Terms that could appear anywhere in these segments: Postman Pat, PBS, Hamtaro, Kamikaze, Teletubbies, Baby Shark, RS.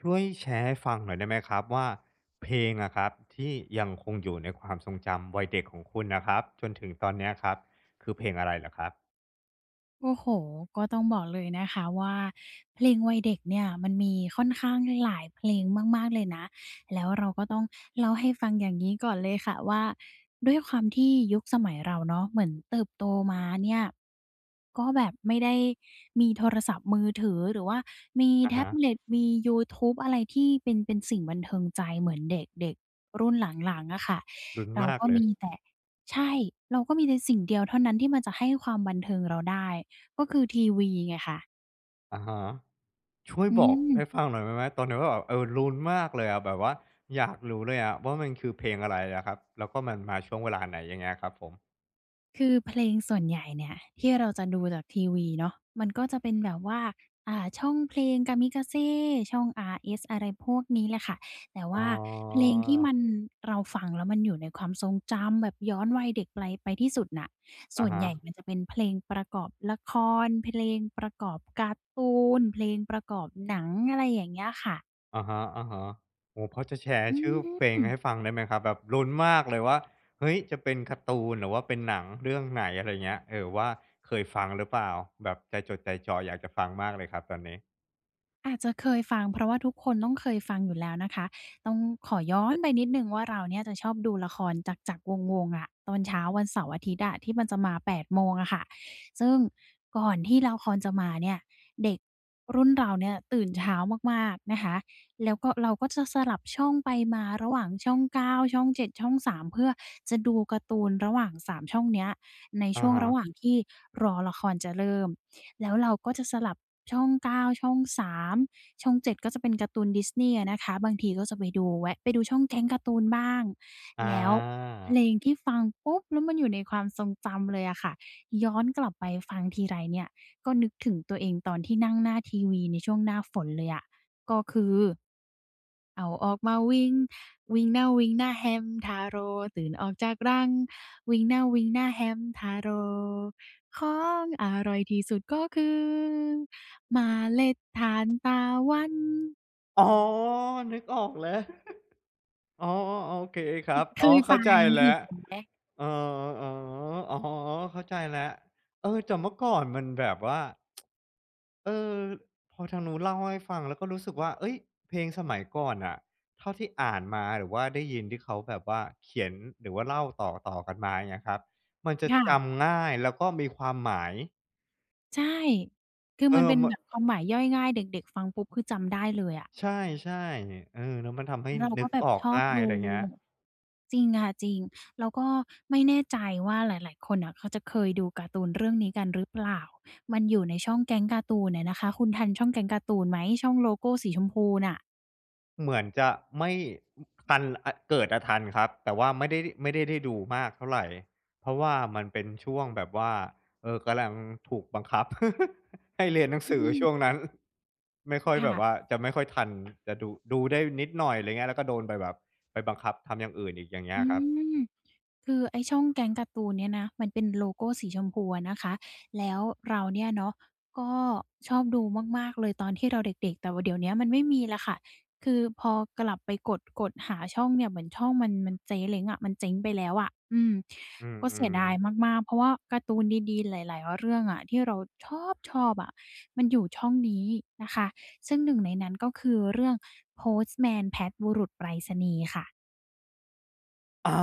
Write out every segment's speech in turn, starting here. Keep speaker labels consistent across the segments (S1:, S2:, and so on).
S1: ช่วยแชร์ให้ฟังหน่อยได้ไหมครับว่าเพลงอะครับที่ยังคงอยู่ในความทรงจำวัยเด็กของคุณนะครับจนถึงตอนเนี้ยครับคือเพลงอะไรเหรอครับ
S2: โอ้โฮก็ต้องบอกเลยนะคะว่าเพลงวัยเด็กเนี่ยมันมีค่อนข้างหลายเพลงมากๆเลยนะแล้วเราก็ต้องเล่าให้ฟังอย่างงี้ก่อนเลยค่ะว่าด้วยความที่ยุคสมัยเราเนาะเหมือนเติบโตมาเนี่ยก็แบบไม่ได้มีโทรศัพท์มือถือหรือว่ามี
S1: อะ
S2: แท็บ
S1: ฮะ
S2: เล็ตมียูทูบอะไรที่เป็นสิ่งบันเทิงใจเหมือนเด็กๆรุ่นหลังๆอะค่ะ
S1: ลุ้น
S2: เรา
S1: มาก
S2: ก็
S1: เลย
S2: มีแต่ใช่เราก็มีแต่สิ่งเดียวเท่านั้นที่มันจะให้ความบันเทิงเราได้ ก็คือทีวีไงคะ
S1: อะฮะช่วย
S2: อื
S1: บอก
S2: ม
S1: ให้ฟังหน่อยได้ไหมตอนนั้นว่าแบบเออลุ้นมากเลยอะแบบว่าอยากรู้เลยอะว่ามันคือเพลงอะไรอะครับแล้วก็มันมาช่วงเวลาไหนอย่างเงี้ยครับผม
S2: คือเพลงส่วนใหญ่เนี่ยที่เราจะดูจากทีวีเนาะมันก็จะเป็นแบบว่าช่องเพลง Kamikaze ช่อง RS อะไรพวกนี้แหละค่ะแต่
S1: อ๋อ
S2: ว่าเพลงที่มันเราฟังแล้วมันอยู่ในความทรงจำแบบย้อนวัยเด็กไปที่สุดน่ะส่
S1: อะ
S2: วนให
S1: ฮะ
S2: ญ่มันจะเป็นเพลงประกอบละครเพลงประกอบการ์ตูนเพลงประกอบหนังอะไรอย่างเงี้ยค่ะ
S1: อะฮะอะฮะโอ้โฮพอจะแชร์
S2: อื
S1: ชื่อเพลง
S2: ม
S1: ให้ฟังได้ไหมครับ แบบลุ้นมากเลยว่า เฮ้ย จะเป็นการ์ตูนหรือว่าเป็นหนังเรื่องไหนอะไรเงี้ย ว่าเคยฟังหรือเปล่า แบบใจจดใจจ่ออยากจะฟังมากเลยครับตอนนี้
S2: อาจจะเคยฟังเพราะว่าทุกคนต้องเคยฟังอยู่แล้วนะคะต้องขอย้อนไปนิดหนึ่งว่าเราเนี่ยจะชอบดูละครจักรๆวงศ์ๆอะตอนเช้าวันเสาร์อาทิตย์อะที่มันจะมา8โมงอะค่ะซึ่งก่อนที่ละครจะมาเนี่ยเด็กรุ่นเราเนี่ยตื่นเช้ามากๆนะคะแล้วก็เราก็จะสลับช่องไปมาระหว่างช่อง9ช่อง7ช่อง3เพื่อจะดูการ์ตูนระหว่าง3ช่องเนี้ยในช่
S1: อะ
S2: วง
S1: ฮะ
S2: ระหว่างที่รอละครจะเริ่ม แล้วเราก็จะสลับช่อง9ช่อง3ช่อง7ก็จะเป็นการ์ตูนดิสนีย์อะนะคะบางทีก็จะไปดูแวะไปดูช่องแก๊งการ์ตูนบ้าง
S1: อา
S2: แล้วเพลงที่ฟังปุ๊บแล้วมันอยู่ในความทรงจำเลยอะค่ะย้อนกลับไปฟังทีไรเนี่ยก็นึกถึงตัวเองตอนที่นั่งหน้าทีวีในช่วงหน้าฝนเลยอะก็คือเอาออกมาวิ่งวิ่งหน้าวิ่งหน้าแฮมทาโร่ตื่นออกจากรังวิ่งหน้าวิ่งหน้าแฮมทาโร่ ของอร่อยที่สุดก็คือเมล็ดทานตะวัน
S1: อ๋อ นึกออกแล้ว อ๋อโอเคครับ
S2: เค
S1: อ๋อ
S2: ย
S1: เข้า
S2: ฟั
S1: ใจ
S2: งเหิ
S1: แล้ว
S2: ด
S1: เอออ๋ออ๋อเข้าใจแล้วเออแต่เมื่อก่อนมันแบบว่าเออพอทางนู้นเล่าให้ฟังแล้วก็รู้สึกว่าเฮ้ยเพลงสมัยก่อนน่ะเท่าที่อ่านมาหรือว่าได้ยินที่เขาแบบว่าเขียนหรือว่าเล่าต่อๆกันมาอย่างเงี้ยครับมันจะ
S2: ค่ะ
S1: จำง่ายแล้วก็มีความหมาย
S2: ใช่คือ
S1: เอ
S2: มัน
S1: อ
S2: เป็น
S1: ม
S2: แบบความหมายย่อยง่ายเด็กๆฟังปุ๊บคือจำได้เลยอะ
S1: ใช่ๆเออแล้วมันทำให้
S2: เรา
S1: นึ
S2: ก็
S1: ก
S2: แบ
S1: อ
S2: บ
S1: อ
S2: ช
S1: ก
S2: อบ
S1: ง่าย
S2: ดู
S1: อะไรเงี้ย
S2: จริงค่ะจริงแล้วก็ไม่แน่ใจว่าหลายๆคนน่ะเขาจะเคยดูการ์ตูนเรื่องนี้กันหรือเปล่ามันอยู่ในช่องแก๊งการ์ตูนอะนะคะคุณทันช่องแก๊งการ์ตูนไหมช่องโลโก้สีชมพูน่ะ
S1: เหมือนจะไม่ทันอเกิดอะทันครับแต่ว่าไม่ได้ได้ดูมากเท่าไรเพราะว่ามันเป็นช่วงแบบว่ากำลังถูกบังคับ ให้เรียนหนังสือ
S2: อืม
S1: ช่วงนั้นไม่ค่อยแบบ
S2: ค่ะ
S1: ว่าจะไม่ค่อยทันจะดูดูได้นิดหน่อยอะไรเงี้ยแล้วก็โดนไปแบบไปบังคับทำอย่างอื่นอีกอย่างเงี้ย
S2: อื
S1: ครับ
S2: ม คือไอ้ช่องแก๊งการ์ตูนเนี่ยนะมันเป็นโลโก้สีชมพูอะนะคะแล้วเราเนี่ยเนาะก็ชอบดูมากๆเลยตอนที่เราเด็กๆแต่ว่าเดี๋ยวเนี้ยมันไม่มีแล้วค่ะคือพอกลับไปกดหาช่องเนี่ยเหมือนช่องมันเจ๊เล้งอะมันเจ๊งไปแล้วอะอืม
S1: อื
S2: ก็เสีย
S1: ม
S2: ดาย
S1: ๆ
S2: มากๆเพราะว่าการ์ตูนดีๆหลายๆเรื่องอะที่เราชอบๆอะมันอยู่ช่องนี้นะคะซึ่งหนึ่งในนั้นก็คือเรื่อง Postman Pat บุรุษไปรษณีย์ค่ะ
S1: อ๋อ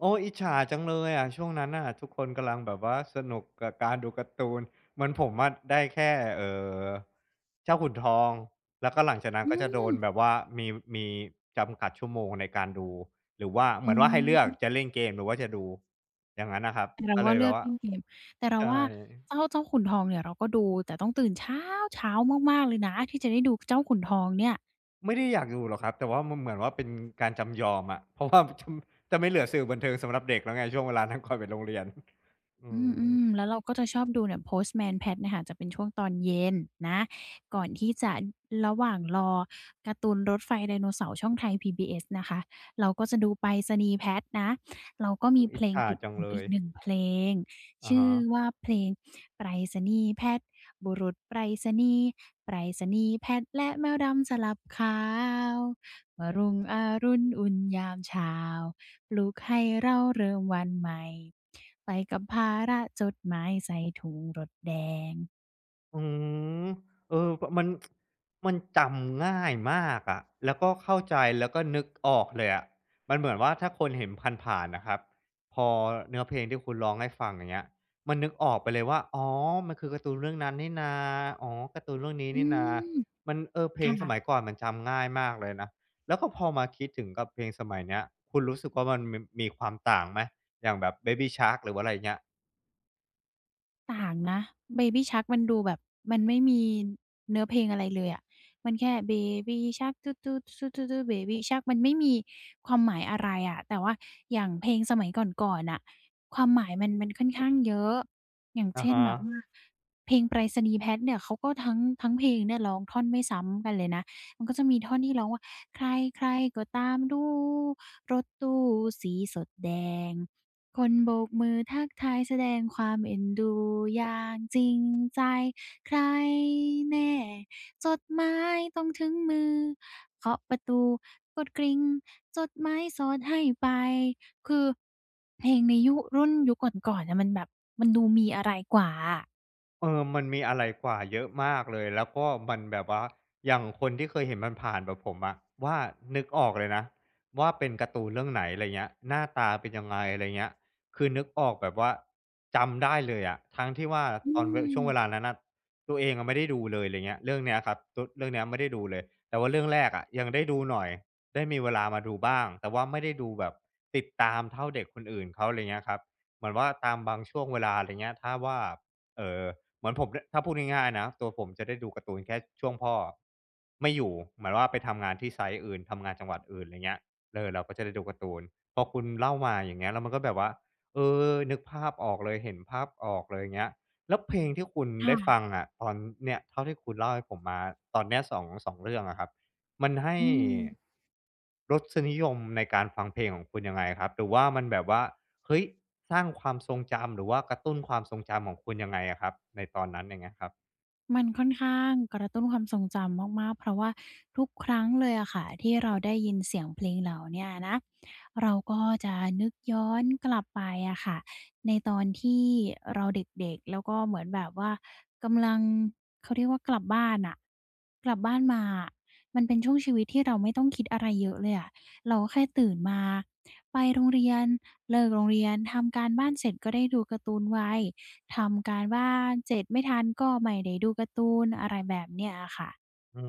S1: โอ้อิจฉาจังเลยอะช่วงนั้นน่ะทุกคนกำลังแบบว่าสนุกกับการดูการ์ตูนเหมือนผมอะได้แค่เอ่อเจ้าขุนทองแล้วก็หลังจากนั้นก็จะโดนแบบว่ามีมีจำกัดชั่วโมงในการดูหรือว่าเห
S2: อื
S1: มือนว่าให้เลือก
S2: ม
S1: จะเล่นเกมหรือว่าจะดูอย่างงั้นน่ะครับ
S2: แต่เรา
S1: ก็
S2: ก็
S1: เลย
S2: เลื
S1: แบ
S2: อ
S1: บ
S2: ก
S1: ว่า
S2: เล่นเกมแต่เรา
S1: ใช่
S2: ว่าเจ้าขุนทองเนี่ยเราก็ดู แต่ต้องตื่นเช้าๆมากๆเลยนะที่จะได้ดูเจ้าขุนทองเนี่ย
S1: ไม่ได้อยากดูหรอกครับแต่ว่ามันเหมือนว่าเป็นการจำยอมอะเพราะว่า จะไม่เหลือสื่อบันเทิงสำหรับเด็กแล้วไงช่วงเวลานั้น ก่อนไปโรงเรียนอื
S2: อืมอื
S1: ม
S2: มแล้วเราก็จะชอบดูเนี่ย Postman Pat เนะคะจะเป็นช่วงตอนเย็นนะก่อนที่จะระหว่างรอการ์ตูนรถไฟไดโนเสาร์ช่องไทย PBS นะคะเราก็จะดูไปรษณีย์แพทนะเราก็
S1: อ
S2: มี
S1: ม
S2: เพ
S1: อิจ
S2: ลง
S1: ฉา
S2: ติด
S1: จัง
S2: หู
S1: เล
S2: อี
S1: ย
S2: กหนึ่งเพลง
S1: อะ
S2: ชื่อ
S1: ฮะ
S2: ว่าเพลงไปรษณีย์แพทบุรุษไปรษณีย์ไปรษณีย์แพทและแมวดำสลับขาวมารุงอรุณอุ่นยามเช้า ลุกให้เราเริ่มวันใหม่ไปกับภาระจดหมายใส่ถุงรถแดง
S1: อืมเออปมันมันจำง่ายมากอะแล้วก็เข้าใจแล้วก็นึกออกเลยอะมันเหมือนว่าถ้าคนเห็นผ่านๆน่ะครับพอเนื้อเพลงที่คุณร้องให้ฟังอย่างเงี้ยมันนึกออกไปเลยว่าอ๋อมันคือการ์ตูนเรื่องนั้นนี่นาอ๋อการ์ตูนเรื่องนี้
S2: อื
S1: นี่นา
S2: ม
S1: มันเออเพลงสมัย
S2: ค่ะ
S1: ก่อนมันจำง่ายมากเลยนะแล้วก็พอมาคิดถึงกับเพลงสมัยเนี้ยคุณรู้สึกว่ามันมมีความต่างไหมอย่างแบบ Baby Shark หรือว่าอะไรอย่างเงี้ย
S2: ต่างนะ Baby Shark มันดูแบบมันไม่มีเนื้อเพลงอะไรเลยอะมันแค่ Baby Shark ตูดตๆๆๆ Baby Shark มันไม่มีความหมายอะไรอะแต่ว่าอย่างเพลงสมัยก่อนๆน่ะความหมายมันค่อนข้างเยอะอย่าง
S1: อะ
S2: เช่น
S1: ฮะ
S2: แบบว่าเพลงไปรษณีย์แพทเนี่ยเขาก็ทั้งเพลงเนี่ยร้องท่อนไม่ซ้ำกันเลยนะมันก็จะมีท่อนที่ร้องว่าใครๆก็ตามดูรถตู้สีสดแดง คนโบกมือทักทายแสดงความเอ็นดูอย่างจริงใจใครแน่จดหมายต้องถึงมือเคาะประตูกดกริ่งจดหมายสอดให้ไปคือเพลงในยุครุ่นยุคก่อนๆน่ะมันแบบมันดูมีอะไรกว่าอะ
S1: เออมันมีอะไรกว่าเยอะมากเลย แล้วก็มันแบบว่า อย่างคนที่เคยเห็นมันผ่านแบบผมอะว่านึกออกเลยนะว่าเป็นการ์ตูนเรื่องไหนอะไรเงี้ยหน้าตาเป็นยังไงอะไรเงี้ยคือนึกออกแบบว่าจำได้เลยอะทั้งที่ว่า
S2: อื
S1: ตอนวช่วงเวลา
S2: ม
S1: นั้นน่ะตัวเองอะไม่ได้ดูเลยไรเงี้ยเรื่องเนี้ยครับตุเรื่องเนี้ยไม่ได้ดูเลยแต่ว่าเรื่องแรกอะยังได้ดูหน่อยได้มีเวลามาดูบ้าง แต่ว่าไม่ได้ดูแบบติดตามเท่าเด็กคนอื่นเขาไรเงี้ยครับเหมือนว่าตามบางช่วงเวลาไรเงี้ยถ้าว่าเอ่อ เหมือนผมเนี่ยถ้าพูดง่ายๆนะตัวผมจะได้ดูการ์ตูนแค่ช่วงพ่อไม่อยู่หมายว่าไปทำงานที่ไซต์อื่นทำงานจังหวัดอื่นอะไรเงี้ยเลยเราก็จะได้ดูการ์ตูนพอคุณเล่ามาอย่างเงี้ยแล้วมันก็แบบว่าเอนึกภาพออกเลยเห็นภาพออกเลยเงี้ยแล้วเพลงที่คุณได้ฟัง
S2: ค่ะ
S1: อะตอนเนี่ยเท่าที่คุณเล่าให้ผมมาตอนเนี้ยสองเรื่องอะครับมันให้
S2: อืม
S1: รสนิยมในการฟังเพลงของคุณยังไงครับหรือว่ามันแบบว่า เฮ้ยสร้างความทรงจำหรือว่ากระตุ้นความทรงจำของคุณยังไงอะครับในตอนนั้นอย่างเงี้ยครับ
S2: มันค่อนข้างกระตุ้นความทรงจำมากๆเพราะว่าทุกครั้งเลยอะค่ะที่เราได้ยินเสียงเพลงเหล่าเนี้ยนะเราก็จะนึกย้อนกลับไปอะค่ะในตอนที่เราเด็กๆแล้วก็เหมือนแบบว่ากำลังเขาเรียกว่ากลับบ้านน่ะกลับบ้านมาอะมันเป็นช่วงชีวิตที่เราไม่ต้องคิดอะไรเยอะเลยอะเราก็แค่ตื่นมาไปโรงเรียนเลิกโรงเรียนทำการบ้านเสร็จก็ได้ดูการ์ตูนไว ทำการบ้านเสร็จไม่ทันก็ไม่ได้ดูการ์ตูนอะไรแบบเนี้ยอะค่ะ
S1: อื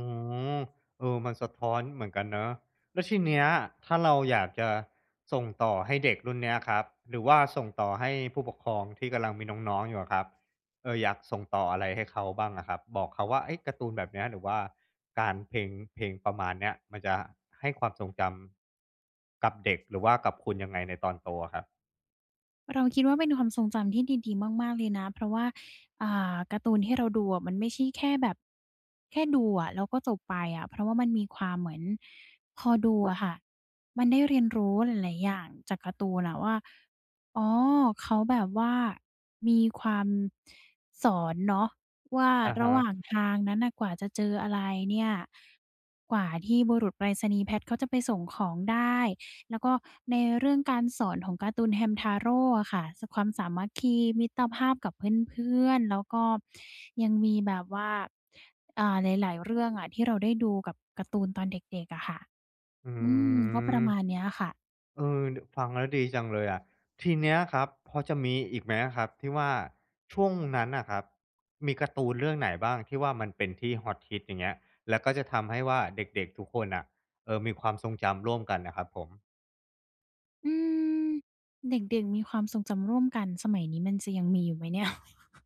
S1: มเออมันสะท้อนเหมือนกันเนาะแล้วทีเนี้ยเราอยากจะส่งต่อให้เด็กรุ่นเนี้ยครับหรือว่าส่งต่อให้ผู้ปกครองที่กำลังมีน้องๆอยู่อะครับเอออยากส่งต่ออะไรให้เขาบ้างอะครับบอกเขาว่าเฮ้ยการ์ตูนแบบเนี้ยหรือว่าการเพลงประมาณเนี้ยมันจะให้ความทรงจำกับเด็กหรือว่ากับคุณยังไงในตอนโตอะครับ
S2: เราคิดว่าเป็นความทรงจำที่ดีๆมากๆเลยนะ เพราะว่าการ์ตูนที่เราดูอะมันไม่ใช่แค่แบบแค่ดูอะแล้วก็จบไปอะเพราะว่ามันมีความเหมือนพอดูอะค่ะมันได้เรียนรู้หลายๆอย่างจากการ์ตูนอะว่า อ๋อเขาแบบว่ามีความสอนเนาะว่า
S1: อะ
S2: ระ
S1: ฮะ
S2: หว่างทางนั้นน่ะกว่าจะเจออะไรเนี่ยกว่าที่บุรุษไปรษณีย์แพ็คเขาจะไปส่งของได้ แล้วก็ในเรื่องการสอนของการ์ตูน Hamtaro อะค่ะสความสามัคคีมิตรภาพกับเพื่อนๆแล้วก็ยังมีแบบว่าหลายๆเรื่องอะที่เราได้ดูกับการ์ตูนตอนเด็กๆอะค่ะ
S1: อื
S2: อืมก็ประ
S1: ม
S2: มาณเนี้ยค่ะ
S1: เออดฟังแล้วดีจังเลยอะทีเนี้ยครับพอจะมีอีกไหมอะครับที่ว่าช่วงนั้นน่ะครับมีการ์ตูนเรื่องไหนบ้างที่ว่ามันเป็นที่ฮอตฮิตอย่างเงี้ยแล้วก็จะทำให้ว่าเด็กๆทุกคนน่ะมีความทรงจำร่วมกันน่ะครับผม
S2: อืมเด็กๆมีความทรงจำร่วมกันสมัยนี้มันจะยังมีอยู่ไหมเนี่ย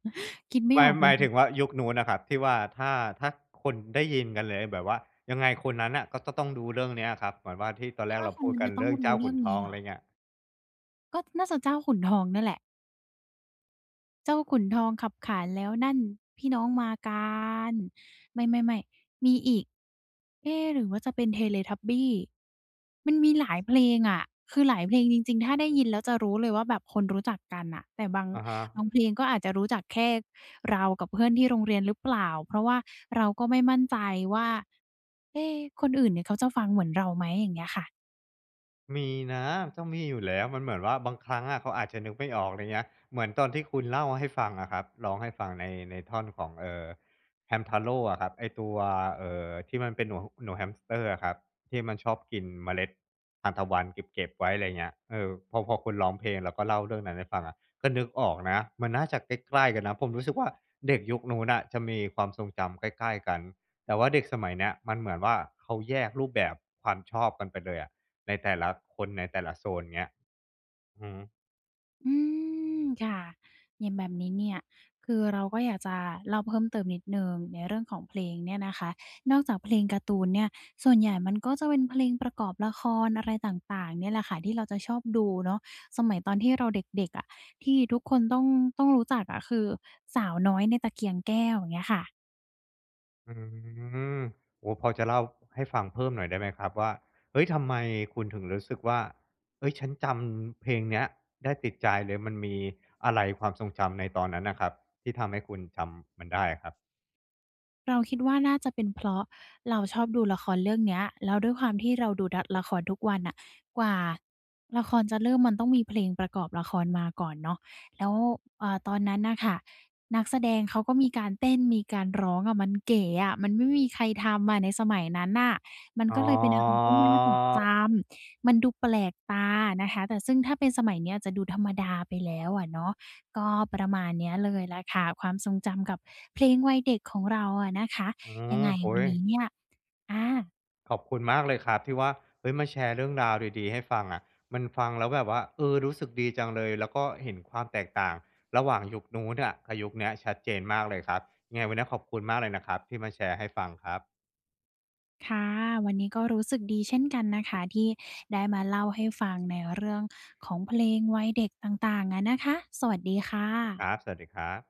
S2: คิดไม่
S1: ห
S2: อ
S1: มาย
S2: อกเล
S1: ห
S2: ย
S1: มายถึงว่ายุคนู้นน่ะครับที่ว่าถ้าคนได้ยินกันเลยแบบว่ายังไงคนนั้นน่ะก็จะต้องดูเรื่องเนี้ยอะครับเหมือนว่าที่ตอนแรก
S2: ถ้า
S1: เรา
S2: คน
S1: พูด
S2: นั้น
S1: กัน
S2: จะต้อง
S1: เรื่อง
S2: รู้
S1: เจ้า
S2: เรื่
S1: ขุ
S2: อ
S1: น
S2: ง
S1: ท
S2: นี้
S1: อง
S2: เหร
S1: อะ
S2: อ
S1: ไรเงี้ย
S2: ก็น่าจะเจ้าขุนทองนั่นแหละ เจ้าขุนทองขับขานแล้วนั่นพี่น้องมาการไม่ๆๆมมีอีกเอ๊ะหรือว่าจะเป็น Teletubby มันมีหลายเพลงอะคือหลายเพลงจริงๆถ้าได้ยินแล้วจะรู้เลยว่าแบบคนรู้จักกันน่ะแต่บาง
S1: อะฮะ
S2: บางเพลงก็อาจจะรู้จักแค่เรากับเพื่อนที่โรงเรียนหรือเปล่าเพราะว่าเราก็ไม่มั่นใจว่าเอ๊ะคนอื่นเนี่ยเขาจะฟังเหมือนเราไหมอย่างเงี้ยค่ะ
S1: มีนะต้องมีอยู่แล้วมันเหมือนว่าบางครั้งอะเขาอาจจะนึกไม่ออกอะไรเงี้ยเหมือนตอนที่คุณเล่าให้ฟังอะครับร้องให้ฟังในท่อนของHamtaro อะครับไอ้ตัวที่มันเป็นหนูหนูแฮมสเตอร์อะครับที่มันชอบกินเมล็ดทานตะวันเก็บๆไว้อะไรเงี้ยเออพอคุณร้องเพลงแล้วก็เล่าเรื่องนั้นให้ฟังอะก็นึกออกนะมันน่าจะใกล้ๆกันนะผมรู้สึกว่าเด็กยุคนู้นน่ะจะมีความทรงจำใกล้ๆกันแต่ว่าเด็กสมัยเนี้ยมันเหมือนว่าเขาแยกรูปแบบความชอบกันไปเลยอะ ในแต่ละคนในแต่ละโซนเงี้ยอือ
S2: อืมค่ะอย่างแบบนี้เนี่ยคือเราก็อยากจะเล่าเพิ่มเติมนิดหนึ่งในเรื่องของเพลงเนี่ยนะคะนอกจากเพลงการ์ตูนเนี่ยส่วนใหญ่มันก็จะเป็นเพลงประกอบละครอะไรต่างๆเนี่ยแหละค่ะที่เราจะชอบดูเนาะสมัยตอนที่เราเด็กๆอะที่ทุกคนต้องรู้จักอะคือสาวน้อยในตะเกียงแก้วอย่างเงี้ยค่ะ
S1: อืมโอ้โฮพอจะเล่าให้ฟังเพิ่มหน่อยได้ไหมครับว่าเฮ้ยทำไมคุณถึงรู้สึกว่าเฮ้ยฉันจำเพลงเนี้ยได้ติดใจเลยมันมีอะไรความทรงจำในตอนนั้นน่ะครับที่ทำให้คุณจำมันได้อะครับ
S2: เราคิดว่าน่าจะเป็นเพราะเราชอบดูละครเรื่องเนี้ยแล้วด้วยความที่เราดูดะละครทุกวันน่ะกว่าละครจะเริ่มมันต้องมีเพลงประกอบละครมาก่อนเนาะแล้วตอนนั้นน่ะค่ะนักแสดงเขาก็มีการเต้นมีการร้องอะมันเก๋อะมันไม่มีใครทำอะในสมัยนั้นน่ะมัน
S1: อ๋อ
S2: ก็เลยเป็นอะไรที่น่าจดจำมันดูแปลกตานะคะแต่ซึ่งถ้าเป็นสมัยเนี้ยจะดูธรรมดาไปแล้วอะเนาะ ก็ประมาณเนี้ยเลยแหละค่ะความทรงจำกับเพลงวัยเด็กของเราอะนะคะ
S1: อื
S2: ยัง
S1: ม
S2: ไง
S1: โอ้
S2: วั
S1: โฮ
S2: นนี้เนี่ยอา
S1: ขอบคุณมากเลยครับที่ว่าเฮ้ยมาแชร์เรื่องราวดีๆให้ฟังอะมันฟังแล้วแบบว่าเออรู้สึกดีจังเลยแล้วก็เห็นความแตกต่างระหว่างยุคนู้นอะกับยุคเนี้ยชัดเจนมากเลยครับยังไงวันนี้ขอบคุณมากเลยนะครับที่มาแชร์ให้ฟังครับ
S2: ค่ะวันนี้ก็รู้สึกดีเช่นกันนะคะที่ได้มาเล่าให้ฟังในเรื่องของเพลงวัยเด็กต่างๆอะนะคะสวัสดีค่
S1: ครับ
S2: ะ
S1: สวัสดีครับ